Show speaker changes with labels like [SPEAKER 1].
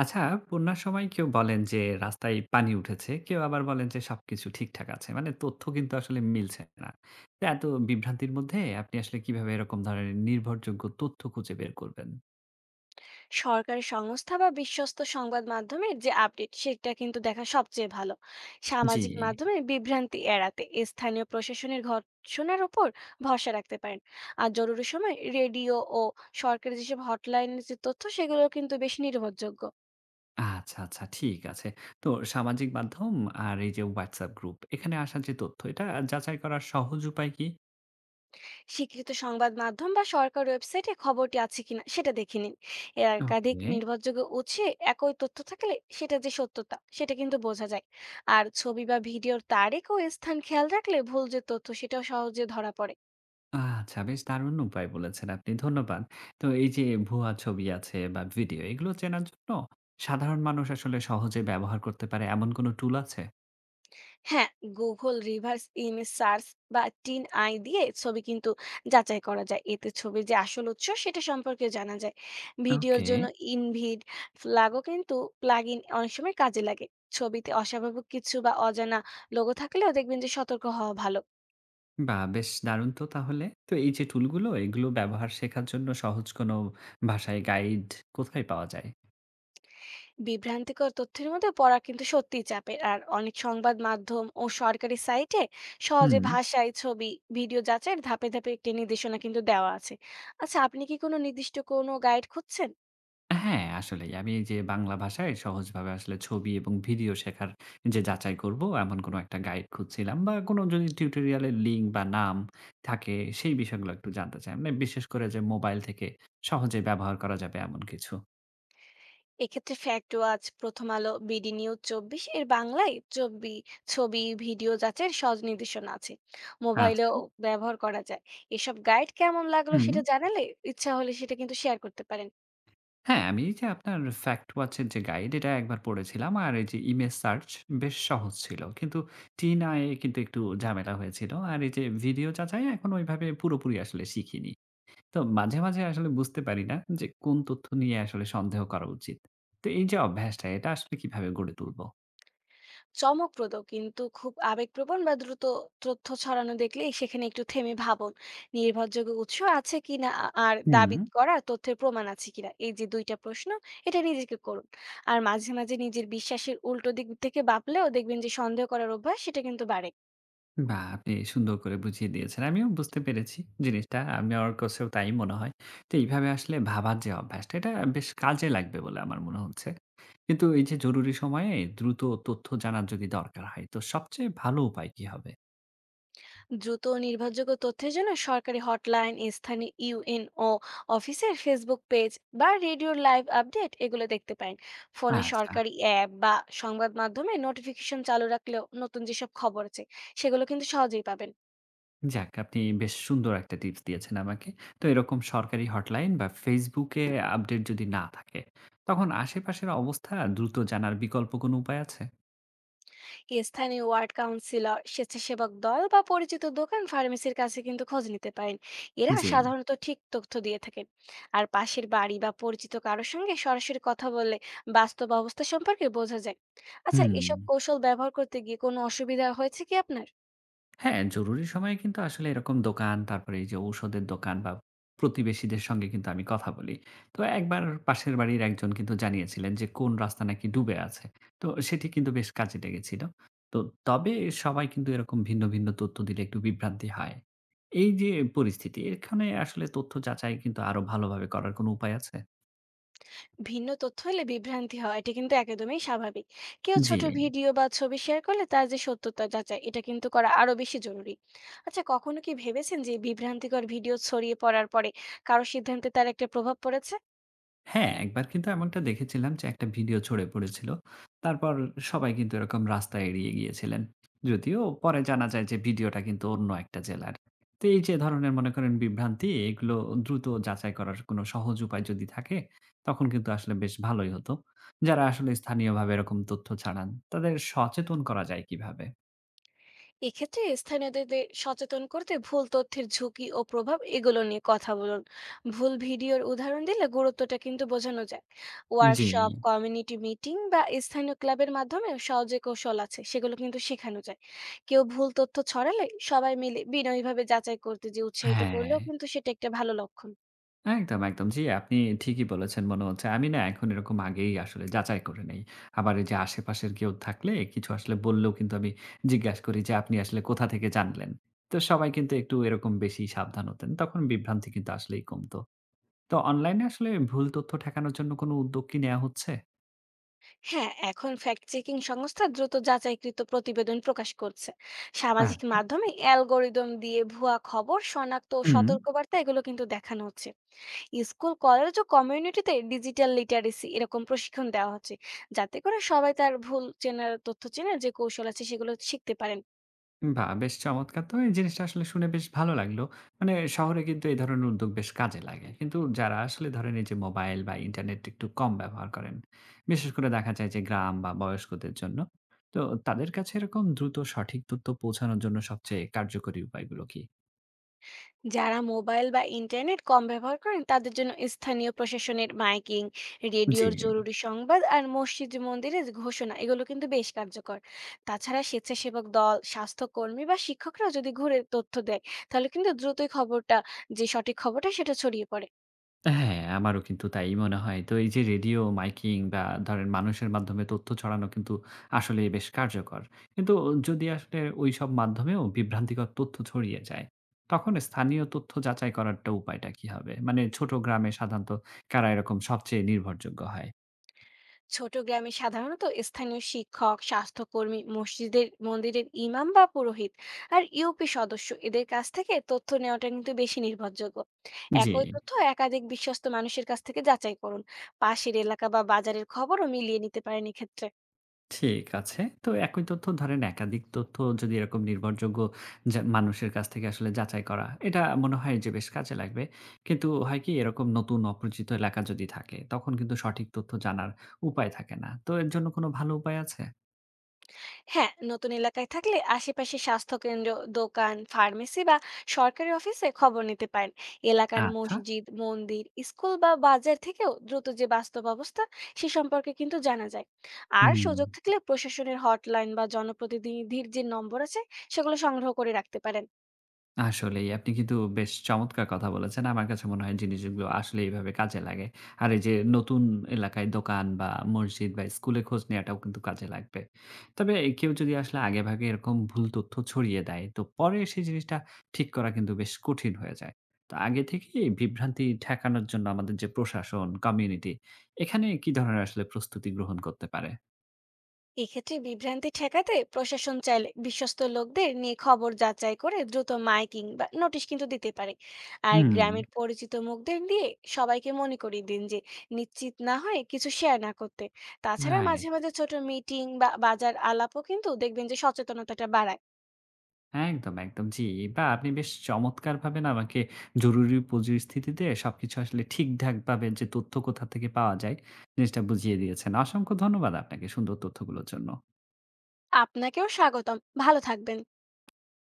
[SPEAKER 1] আচ্ছা, বন্যার সময় কেউ বলেন যে রাস্তায় পানি উঠেছে, কেউ আবার বলেন যে সবকিছু ঠিকঠাক আছে। মানে তথ্য কিন্তু আসলে মিলছে না। তো এত বিভ্রান্তির মধ্যে আপনি আসলে কিভাবে এরকম ধরনের নির্ভরযোগ্য তথ্য খুঁজে বের করবেন?
[SPEAKER 2] সরকারি সংস্থা বা বিশ্বস্ত সংবাদ মাধ্যমের যে আপডেট সেটা কিন্তু দেখা সবচেয়ে ভালো,
[SPEAKER 1] জি।
[SPEAKER 2] সামাজিক মাধ্যমে বিভ্রান্তি এড়াতে স্থানীয় প্রশাসনের ঘটনার উপর ভরসা রাখতে পারেন। আর জরুরি সময় রেডিও ও সরকারি যেসব হটলাইনের যে তথ্য, সেগুলো কিন্তু বেশ নির্ভরযোগ্য।
[SPEAKER 1] আচ্ছা, আচ্ছা ঠিক আছে। তো সামাজিক মাধ্যম আর এই যে WhatsApp গ্রুপ এখানে আসা যে তথ্য এটা যাচাই করার সহজ উপায় কি?
[SPEAKER 2] স্বীকৃত সংবাদ মাধ্যম বা সরকার ওয়েবসাইটে খবরটি আছে কিনা সেটা দেখে নিন। এর একাধিক
[SPEAKER 1] ওকে।
[SPEAKER 2] নির্ভরযোগ্য উৎসে একই তথ্য থাকলে সেটা যে সত্যতা, সেটা কিন্তু বোঝা যায়। আর ছবি বা ভিডিওর তারিখ ও স্থান খেয়াল রাখলে ভুল যে তথ্য, সেটাও সহজে ধরা পড়ে।
[SPEAKER 1] আচ্ছা বেশ দারুণ উপায় বলেছেন আপনি। ধন্যবাদ। তো এই যে ভুয়া ছবি আছে বা ভিডিও এগুলো চেনার জন্য সাধারণ মানুষ আসলে সহজে ব্যবহার করতে পারে এমন কোনো টুল আছে?
[SPEAKER 2] হ্যাঁ, গুগল রিভার্স ইমেজ সার্চ বা টিন আই দিয়ে ছবি কিন্তু যাচাই করা যায়, এতে ছবির যে আসল উৎস, সেটা সম্পর্কে জানা যায়। ভিডিওর
[SPEAKER 1] ওকে।
[SPEAKER 2] জন্য ইনভিড ফ্ল্যাগও কিন্তু, প্লাগ ইন অনেক সময় কাজে লাগে। ছবিতে অস্বাভাবিক কিছু বা অজানা লোগো থাকলেও দেখবেন যে সতর্ক হওয়া ভালো।
[SPEAKER 1] বাহ! বেশ দারুণ তো তাহলে। তো এই যে টুলগুলো এগুলো ব্যবহার শেখার জন্য সহজ কোনো ভাষায় গাইড কোথায় পাওয়া যায়?
[SPEAKER 2] বিভ্রান্তিকর তথ্যের মধ্যে পড়া কিন্তু সত্যিই চাপের, আর অনেক সংবাদ মাধ্যম ও সরকারি সাইটে সহজে
[SPEAKER 1] হুম।
[SPEAKER 2] ভাষায় ছবি, ভিডিও যাচাইয়ের ধাপে ধাপে একটি নির্দেশনা কিন্তু দেওয়া আছে। আচ্ছা, আপনি কি কোনো নির্দিষ্ট কোনো গাইড খুঁজছেন?
[SPEAKER 1] হ্যাঁ, আসলেই। আমি এই যে বাংলা ভাষায় সহজভাবে আসলে ছবি এবং ভিডিও শেখার যে যাচাই করব, এমন কোনো একটা গাইড খুঁজছিলাম বা কোনো যদি টিউটোরিয়ালের লিঙ্ক বা নাম থাকে, সেই বিষয়গুলো একটু জানতে চাই। মানে বিশেষ করে যে মোবাইল থেকে সহজে ব্যবহার করা যাবে এমন কিছু।
[SPEAKER 2] এক্ষেত্রে ফ্যাক্ট ওয়াচ, প্রথম আলো, বিডি নিউজ 24 এর বাংলায় ছবি, ভিডিও যাচাইয়ের সহজ নির্দেশনা আছে, মোবাইলেও
[SPEAKER 1] আচ্ছা।
[SPEAKER 2] ব্যবহার করা যায়। এসব গাইড কেমন লাগলো
[SPEAKER 1] হুম।
[SPEAKER 2] সেটা জানালে, ইচ্ছা হলে সেটা কিন্তু শেয়ার করতে পারেন।
[SPEAKER 1] হ্যাঁ, আমি এই যে আপনার ফ্যাক্ট ওয়াচ এর যে গাইড, এটা একবার পড়েছিলাম। আর এই যে ইমেজ সার্চ বেশ সহজ ছিল। কিন্তু টিন আই এ কিন্তু একটু ঝামেলা হয়েছিল। আর এই যে ভিডিও যাচাই এখন ওইভাবে পুরোপুরি আসলে শিখিনি। তো মাঝে মাঝে আসলে বুঝতে পারি না যে কোন তথ্য নিয়ে আসলে সন্দেহ করা উচিত। তো এই যে অভ্যাসটা এটা আসলে কিভাবে গড়ে তুলবো?
[SPEAKER 2] চমকপ্রদ কিন্তু খুব আবেগপ্রবণ বা দ্রুত তথ্য ছড়ানো দেখলে সেখানে একটু থেমে ভাবুন, নির্ভরযোগ্য উৎস আছে কিনা আর
[SPEAKER 1] হুম।
[SPEAKER 2] দাবি করা তথ্যের প্রমাণ আছে কিনা, এই যে দুইটা প্রশ্ন, এটা নিজেকে করুন। আর মাঝে মাঝে নিজের বিশ্বাসের উল্টো দিক থেকে ভাবলেও দেখবেন যে সন্দেহ করার অভ্যাস, সেটা কিন্তু বাড়ে।
[SPEAKER 1] বাহ! আপনি সুন্দর করে বুঝিয়ে দিয়েছেন। আমিও বুঝতে পেরেছি জিনিসটা। আমি আমার কাছেও তাই মনে হয়। তো এইভাবে আসলে ভাবার যে অভ্যাসটা এটা বেশ কাজে লাগবে বলে আমার মনে হচ্ছে। কিন্তু এই যে জরুরি সময়ে দ্রুত তথ্য জানার যদি দরকার হয় তো সবচেয়ে ভালো উপায় কি হবে?
[SPEAKER 2] দ্রুত ও নির্ভরযোগ্য তথ্যের জন্য সরকারি হটলাইন, স্থানীয় ইউএনও অফিসের ফেসবুক পেজ বা রেডিওর লাইভ আপডেট এগুলো দেখতে পান। ফোনে
[SPEAKER 1] আচ্ছা।
[SPEAKER 2] সরকারি অ্যাপ বা সংবাদ মাধ্যমে নোটিফিকেশন চালু রাখলেও নতুন যেসব খবর আছে, সেগুলো কিন্তু সহজেই পাবেন।
[SPEAKER 1] যাক, আপনি বেশ সুন্দর একটা টিপস দিয়েছেন আমাকে। তো এরকম সরকারি হটলাইন বা Facebook এ আপডেট যদি না থাকে, তখন আশেপাশের অবস্থা দ্রুত জানার বিকল্প কোনো উপায় আছে?
[SPEAKER 2] স্থানীয় ওয়ার্ড কাউন্সিলর, স্বেচ্ছাসেবক দল বা পরিচিত দোকান, ফার্মেসির কাছে কিন্তু খোঁজ নিতে পারেন, এরা
[SPEAKER 1] জি,
[SPEAKER 2] সাধারণত ঠিক তথ্য দিয়ে থাকেন। আর পাশের বাড়ি বা পরিচিত কারোর সঙ্গে সরাসরি কথা বললে বাস্তব অবস্থা সম্পর্কে বোঝা যায়। আচ্ছা,
[SPEAKER 1] হুম।
[SPEAKER 2] এসব কৌশল ব্যবহার করতে গিয়ে কোনো অসুবিধা হয়েছে কি আপনার?
[SPEAKER 1] হ্যাঁ, জরুরি সময়ে কিন্তু আসলে এরকম দোকান, তারপরে এই যে ঔষধের দোকান বা প্রতিবেশীদের সঙ্গে কিন্তু আমি কথা বলি। তো একবার পাশের বাড়ির একজন কিন্তু জানিয়েছিলেন যে কোন রাস্তা নাকি ডুবে আছে। তো সেটি কিন্তু বেশ কাজে লেগেছিল। তো তবে সবাই কিন্তু এরকম ভিন্ন ভিন্ন তথ্য দিলে একটু বিভ্রান্তি হয়। এই যে পরিস্থিতি এখানে আসলে তথ্য যাচাই কিন্তু আরো ভালোভাবে করার কোনো উপায় আছে?
[SPEAKER 2] ভিন্ন তথ্য হলে বিভ্রান্তি হয়, এটা কিন্তু একদমই স্বাভাবিক। কেউ
[SPEAKER 1] জি।
[SPEAKER 2] ছোট ভিডিও বা ছবি শেয়ার করলে তার যে সত্যতা যাচাই, এটা কিন্তু করা আরো বেশি জরুরি। আচ্ছা, কখনো কি ভেবেছেন যে বিভ্রান্তিকর ভিডিও ছড়িয়ে পড়ার পরে কারো সিদ্ধান্তে তার একটা প্রভাব পড়েছে?
[SPEAKER 1] হ্যাঁ, একবার কিন্তু এমনটা দেখেছিলাম যে একটা ভিডিও ছড়ে পড়েছিল। তারপর সবাই কিন্তু এরকম রাস্তা এড়িয়ে গিয়েছিলেন। যদিও পরে জানা যায় যে ভিডিওটা কিন্তু অন্য একটা জেলার। তো এই যে ধরনের মনে করেন বিভ্রান্তি এগুলো দ্রুত যাচাই করার কোনো সহজ উপায় যদি থাকে তখন কিন্তু আসলে বেশ ভালোই হতো। যারা আসলে স্থানীয়ভাবে এরকম তথ্য ছাড়ান তাদের সচেতন করা যায় কিভাবে?
[SPEAKER 2] এক্ষেত্রে স্থানীয়দের সচেতন করতে ভুল তথ্যের ঝুঁকি ও প্রভাব এগুলো নিয়ে কথা বলুন। ভুল ভিডিওর উদাহরণ দিলে গুরুত্বটা কিন্তু বোঝানো যায়।
[SPEAKER 1] জি,
[SPEAKER 2] ওয়ার্কশপ, কমিউনিটি মিটিং বা স্থানীয় ক্লাবের মাধ্যমে সহজে কৌশল আছে, সেগুলো কিন্তু শেখানো যায়। কেউ ভুল তথ্য ছড়ালে সবাই মিলে বিনয়ীভাবে যাচাই করতে যে উৎসাহিত
[SPEAKER 1] হ্যাঁ।
[SPEAKER 2] করলেও কিন্তু সেটা একটা ভালো লক্ষণ।
[SPEAKER 1] একদম, একদম। জি, আপনি ঠিকই বলেছেন মনে হচ্ছে। আমি না এখন এরকম আগেই আসলে যাচাই করে নেই। আবার এই যে আশেপাশের কেউ থাকলে কিছু আসলে বললেও কিন্তু আমি জিজ্ঞাসা করি যে, "আপনি আসলে কোথা থেকে জানলেন?" তো সবাই কিন্তু একটু এরকম বেশি সাবধান হতেন। তখন বিভ্রান্তি কিন্তু আসলেই কমতো। তো অনলাইনে আসলে ভুল তথ্য ঠেকানোর জন্য কোনো উদ্যোগ কি নেয়া হচ্ছে?
[SPEAKER 2] হ্যাঁ, এখন ফ্যাক্ট চেকিং সংস্থা দ্রুত যাচাইকৃত প্রতিবেদন প্রকাশ করছে। সামাজিক
[SPEAKER 1] আচ্ছা।
[SPEAKER 2] মাধ্যমে অ্যালগোরিদম দিয়ে ভুয়া খবর শনাক্ত ও
[SPEAKER 1] হুম।
[SPEAKER 2] সতর্কবার্তা এগুলো কিন্তু দেখানো হচ্ছে। স্কুল, কলেজ ও কমিউনিটিতে ডিজিটাল লিটারেসি এরকম প্রশিক্ষণ দেওয়া হচ্ছে, যাতে করে সবাই তার ভুল চেনার, তথ্য চেনার যে কৌশল আছে, সেগুলো শিখতে পারেন।
[SPEAKER 1] বাহ! বেশ চমৎকার তো এই জিনিসটা আসলে শুনে বেশ ভালো লাগলো। মানে শহরে কিন্তু এই ধরনের উদ্যোগ বেশ কাজে লাগে। কিন্তু যারা আসলে ধরেন এই যে মোবাইল বা ইন্টারনেট একটু কম ব্যবহার করেন, বিশেষ করে দেখা যায় যে গ্রাম বা বয়স্কদের জন্য। তো তাদের কাছে এরকম দ্রুত সঠিক তথ্য পৌঁছানোর জন্য সবচেয়ে কার্যকরী উপায়গুলো কি?
[SPEAKER 2] যারা মোবাইল বা ইন্টারনেট কম ব্যবহার করেন, তাদের জন্য স্থানীয় প্রশাসনের মাইকিং,
[SPEAKER 1] জি।
[SPEAKER 2] রেডিওর জরুরি সংবাদ আর মসজিদ, মন্দিরে যে ঘোষণা, এগুলো কিন্তু বেশ কার্যকর। তাছাড়া স্বেচ্ছাসেবক দল, স্বাস্থ্যকর্মী বা শিক্ষকরা যদি ঘুরে তথ্য দেয়, তাহলে কিন্তু দ্রুতই খবরটা, যে সঠিক খবরটা, সেটা ছড়িয়ে পড়ে।
[SPEAKER 1] হ্যাঁ, আমারও কিন্তু তাই মনে হয়। তো এই যে রেডিও, মাইকিং বা ধরেন মানুষের মাধ্যমে তথ্য ছড়ানো কিন্তু আসলেই বেশ কার্যকর। কিন্তু যদি আসলে ওইসব মাধ্যমেও বিভ্রান্তিকর তথ্য ছড়িয়ে যায়, তখন স্থানীয় তথ্য যাচাই করারটা উপায়টা কি হবে? মানে ছোট গ্রামে সাধারণত কারা এরকম সবচেয়ে নির্ভরযোগ্য হয়?
[SPEAKER 2] ছোট গ্রামে সাধারণত স্থানীয় শিক্ষক, স্বাস্থ্যকর্মী, মসজিদের মন্দিরের ইমাম বা পুরোহিত আর ইউপি সদস্য, এদের কাছ থেকে তথ্য নেওয়াটা কিন্তু বেশি নির্ভরযোগ্য।
[SPEAKER 1] জি।
[SPEAKER 2] একই তথ্য একাধিক বিশ্বস্ত মানুষের কাছ থেকে যাচাই করুন। পাশের এলাকা বা বাজারের খবরও মিলিয়ে নিতে পারেন এক্ষেত্রে।
[SPEAKER 1] ঠিক আছে। তো একই তথ্য ধরেন একাধিক তথ্য যদি এরকম নির্ভরযোগ্য যা মানুষের কাছ থেকে আসলে যাচাই করা, এটা মনে হয় যে বেশ কাজে লাগবে। কিন্তু হয় কি এরকম নতুন অপরিচিত এলাকা যদি থাকে, তখন কিন্তু সঠিক তথ্য জানার উপায় থাকে না। তো এর জন্য কোনো ভালো উপায় আছে?
[SPEAKER 2] হ্যাঁ, নতুন এলাকায় থাকলে আশেপাশে স্বাস্থ্যকেন্দ্র, দোকান, ফার্মেসি বা সরকারি অফিসে খবর নিতে পারেন। এলাকার
[SPEAKER 1] আচ্ছা।
[SPEAKER 2] মসজিদ, মন্দির, স্কুল বা বাজার থেকেও দ্রুত যে বাস্তব অবস্থা, সে সম্পর্কে কিন্তু জানা যায়। আর
[SPEAKER 1] হুম।
[SPEAKER 2] সুযোগ থাকলে প্রশাসনের হটলাইন বা জনপ্রতিনিধির যে নম্বর আছে, সেগুলো সংগ্রহ করে রাখতে পারেন।
[SPEAKER 1] আসলেই আপনি কিন্তু বেশ চমৎকার কথা বলেছেন। আমার কাছে মনে হয় জিনিসগুলো আসলে এভাবে কাজে লাগে। আর এই যে নতুন এলাকায় দোকান বা মসজিদ বা স্কুলে খোঁজ নেওয়াটাও কিন্তু কাজে লাগবে। তবে কেউ যদি আসলে আগেভাগে এরকম ভুল তথ্য ছড়িয়ে দেয়, তো পরে সেই জিনিসটা ঠিক করা কিন্তু বেশ কঠিন হয়ে যায়। তো আগে থেকেই বিভ্রান্তি ঠেকানোর জন্য আমাদের যে প্রশাসন, কমিউনিটি এখানে কি ধরনের আসলে প্রস্তুতি গ্রহণ করতে পারে?
[SPEAKER 2] এক্ষেত্রে বিভ্রান্তি ঠেকাতে প্রশাসন চাইলে বিশ্বস্ত লোকদের নিয়ে খবর যাচাই করে দ্রুত মাইকিং বা নোটিশ কিন্তু দিতে পারে। আর
[SPEAKER 1] হুম,
[SPEAKER 2] গ্রামের পরিচিত মুখদের দিয়ে সবাইকে মনে করিয়ে দিন যে নিশ্চিত না হয়ে কিছু শেয়ার না করতে। তাছাড়া মাঝে
[SPEAKER 1] রাইট।
[SPEAKER 2] মাঝে ছোট মিটিং বা বাজার আলাপও কিন্তু দেখবেন যে সচেতনতাটা বাড়ায়।
[SPEAKER 1] হ্যাঁ, একদম একদম। জি, বাহ! আপনি বেশ চমৎকারভাবে না আমাকে জরুরি পরিস্থিতিতে সবকিছু আসলে ঠিকঠাকভাবে যে তথ্য কোথা থেকে পাওয়া যায়, জিনিসটা বুঝিয়ে দিয়েছেন। অসংখ্য ধন্যবাদ আপনাকে সুন্দর তথ্যগুলোর জন্য।
[SPEAKER 2] আপনাকেও স্বাগতম। ভালো থাকবেন।